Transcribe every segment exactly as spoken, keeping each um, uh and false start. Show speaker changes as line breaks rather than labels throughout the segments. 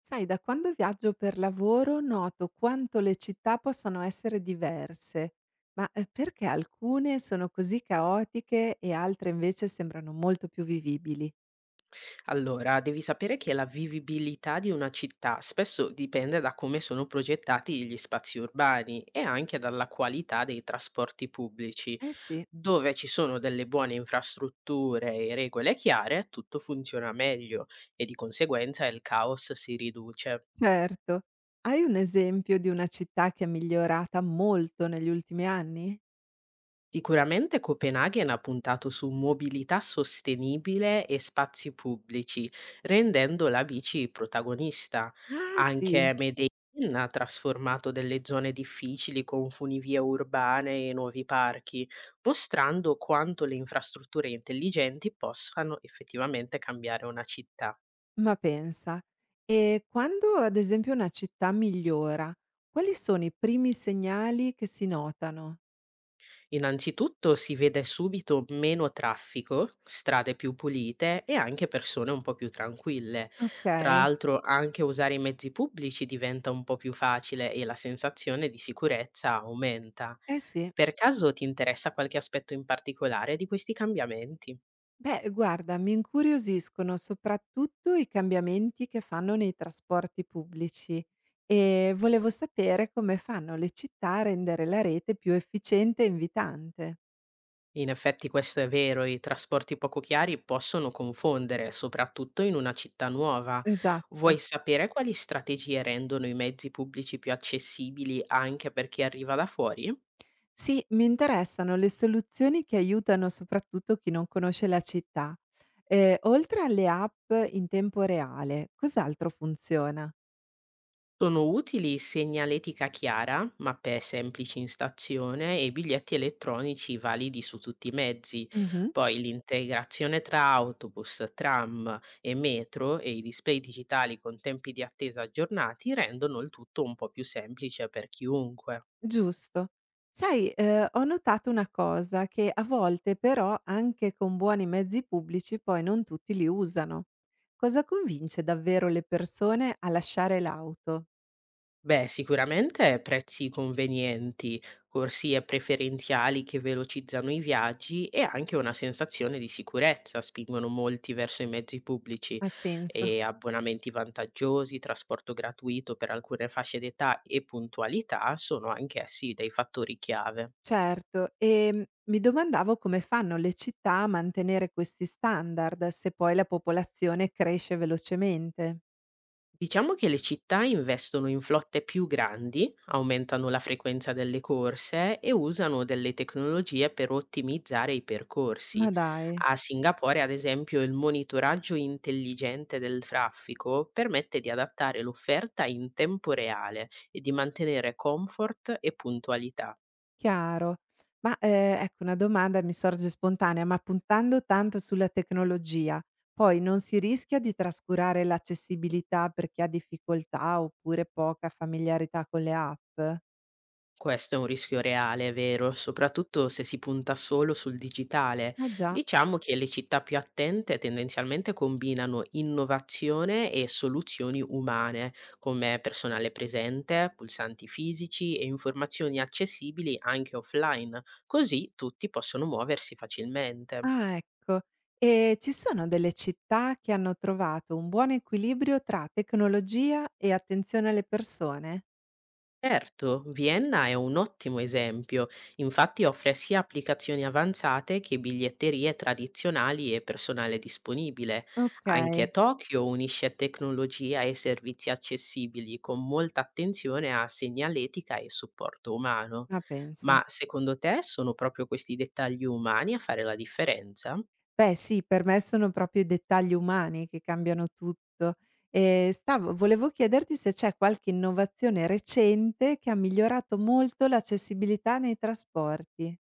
Sai, da quando viaggio per lavoro noto quanto le città possano essere diverse, ma eh, perché alcune sono così caotiche e altre invece sembrano molto più vivibili?
Allora, devi sapere che la vivibilità di una città spesso dipende da come sono progettati gli spazi urbani e anche dalla qualità dei trasporti pubblici.
Eh sì.
Dove ci sono delle buone infrastrutture e regole chiare, tutto funziona meglio e di conseguenza il caos si riduce.
Certo, hai un esempio di una città che è migliorata molto negli ultimi anni?
Sicuramente Copenaghen ha puntato su mobilità sostenibile e spazi pubblici, rendendo la bici protagonista.
Ah
Anche
sì,
Medellin ha trasformato delle zone difficili con funivie urbane e nuovi parchi, mostrando quanto le infrastrutture intelligenti possano effettivamente cambiare una città.
ma pensa. E quando ad esempio una città migliora, quali sono i primi segnali che si notano?
Innanzitutto si vede subito meno traffico, strade più pulite e anche persone un po' più tranquille.
Ok,
Tra l'altro anche usare i mezzi pubblici diventa un po' più facile e la sensazione di sicurezza aumenta.
eh sì.
Per caso ti interessa qualche aspetto in particolare di questi cambiamenti?
Beh, guarda, mi incuriosiscono soprattutto i cambiamenti che fanno nei trasporti pubblici e volevo sapere come fanno le città a rendere la rete più efficiente e invitante.
In effetti questo è vero, i trasporti poco chiari possono confondere, soprattutto in una città nuova.
Esatto.
Vuoi sapere quali strategie rendono i mezzi pubblici più accessibili anche per chi arriva da fuori?
Sì, mi interessano le soluzioni che aiutano soprattutto chi non conosce la città. Eh, oltre alle app in tempo reale, cos'altro funziona?
Sono utili segnaletica chiara, mappe semplici in stazione e biglietti elettronici validi su tutti i mezzi.
Mhm.
Poi l'integrazione tra autobus, tram e metro e i display digitali con tempi di attesa aggiornati rendono il tutto un po' più semplice per chiunque.
Giusto. Sai, ehm, ho notato una cosa, che a volte però anche con buoni mezzi pubblici poi non tutti li usano. Cosa convince davvero le persone a lasciare l'auto?
Beh, sicuramente prezzi convenienti, corsie preferenziali che velocizzano i viaggi e anche una sensazione di sicurezza spingono molti verso i mezzi pubblici
Ha senso.
e abbonamenti vantaggiosi, trasporto gratuito per alcune fasce d'età e puntualità sono anch'essi dei fattori chiave.
Certo, ehm, mi domandavo come fanno le città a mantenere questi standard se poi la popolazione cresce velocemente.
Diciamo che le città investono in flotte più grandi, aumentano la frequenza delle corse e usano delle tecnologie per ottimizzare i
Ma
percorsi.
dai.
A Singapore, ad esempio, il monitoraggio intelligente del traffico permette di adattare l'offerta in tempo reale e di mantenere comfort e puntualità.
Chiaro. Ma, ehm, ecco una domanda mi sorge spontanea, ma puntando tanto sulla tecnologia, poi non si rischia di trascurare l'accessibilità per chi ha difficoltà oppure poca familiarità con le app?
Questo è un rischio reale, è vero, soprattutto se si punta solo sul digitale.
Ah già,
Diciamo che le città più attente tendenzialmente combinano innovazione e soluzioni umane, come personale presente, pulsanti fisici e informazioni accessibili anche offline, così tutti possono muoversi facilmente.
ah ecco. E ci sono delle città che hanno trovato un buon equilibrio tra tecnologia e attenzione alle persone?
Certo, Vienna è un ottimo esempio, infatti offre sia applicazioni avanzate che biglietterie tradizionali e personale disponibile. Anche
Okay,
Tokyo unisce tecnologia e servizi accessibili con molta attenzione a segnaletica e supporto umano.
ma pensa.
Ma secondo te sono proprio questi dettagli umani a fare la differenza?
Beh sì, per me sono proprio i dettagli umani che cambiano tutto. Ehm, stavo volevo chiederti se c'è qualche innovazione recente che ha migliorato molto l'accessibilità nei trasporti.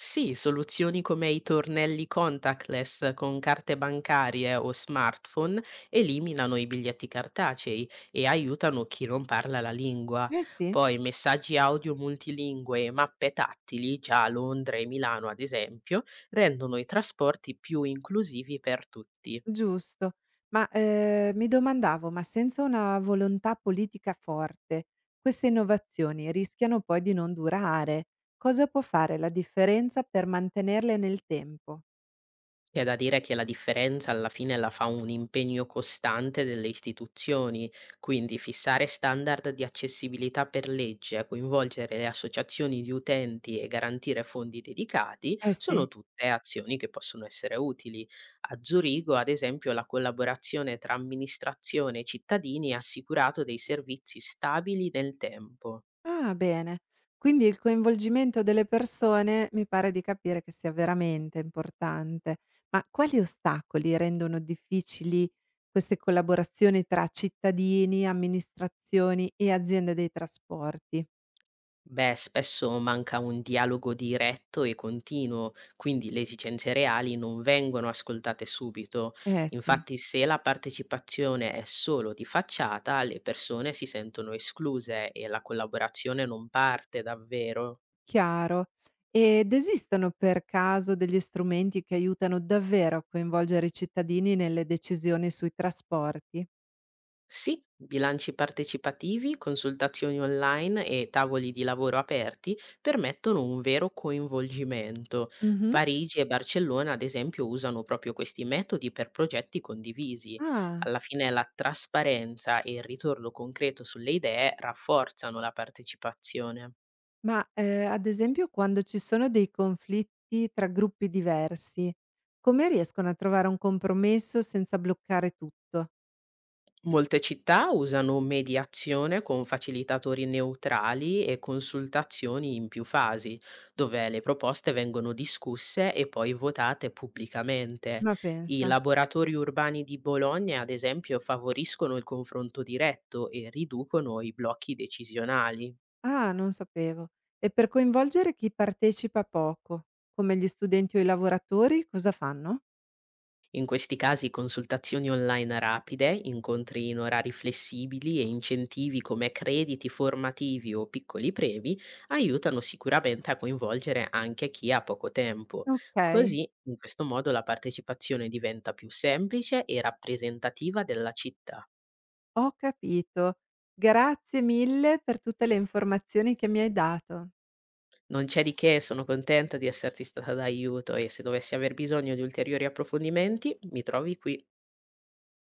Sì, soluzioni come i tornelli contactless con carte bancarie o smartphone eliminano i biglietti cartacei e aiutano chi non parla la lingua.
Eh sì,
Poi messaggi audio multilingue e mappe tattili, già a Londra e Milano ad esempio, rendono i trasporti più inclusivi per tutti.
giusto. Ma, ehm, mi domandavo, ma senza una volontà politica forte, queste innovazioni rischiano poi di non durare. Cosa può fare la differenza per mantenerle nel tempo?
C'è da dire che la differenza alla fine la fa un impegno costante delle istituzioni, quindi fissare standard di accessibilità per legge, coinvolgere le associazioni di utenti e garantire fondi dedicati
Eh
sono
sì.
tutte azioni che possono essere utili. A Zurigo, ad esempio, la collaborazione tra amministrazione e cittadini ha assicurato dei servizi stabili nel tempo.
Ah, bene. Quindi il coinvolgimento delle persone mi pare di capire che sia veramente importante. Ma quali ostacoli rendono difficili queste collaborazioni tra cittadini, amministrazioni e aziende dei trasporti?
Beh, spesso manca un dialogo diretto e continuo, quindi le esigenze reali non vengono ascoltate subito.
Eh sì,
Infatti, se la partecipazione è solo di facciata, le persone si sentono escluse e la collaborazione non parte davvero.
chiaro. Ed esistono per caso degli strumenti che aiutano davvero a coinvolgere i cittadini nelle decisioni sui trasporti?
Sì, bilanci partecipativi, consultazioni online e tavoli di lavoro aperti permettono un vero coinvolgimento.
Mhm.
Parigi e Barcellona, ad esempio, usano proprio questi metodi per progetti condivisi.
Ah.
Alla fine la trasparenza e il ritorno concreto sulle idee rafforzano la partecipazione.
Ma, ehm, ad esempio quando ci sono dei conflitti tra gruppi diversi, come riescono a trovare un compromesso senza bloccare tutto?
Molte città usano mediazione con facilitatori neutrali e consultazioni in più fasi, dove le proposte vengono discusse e poi votate pubblicamente.
Ma
I
pensa.
laboratori urbani di Bologna, ad esempio, favoriscono il confronto diretto e riducono i blocchi decisionali.
Ah, non sapevo. E per coinvolgere chi partecipa poco, come gli studenti o i lavoratori, cosa fanno?
In questi casi consultazioni online rapide, incontri in orari flessibili e incentivi come crediti formativi o piccoli premi aiutano sicuramente a coinvolgere anche chi ha poco tempo.
Okay,
Così, in questo modo, la partecipazione diventa più semplice e rappresentativa della città.
ho capito. Grazie mille per tutte le informazioni che mi hai dato.
Non c'è di che, sono contenta di esserti stata d'aiuto e se dovessi aver bisogno di ulteriori approfondimenti, mi trovi qui.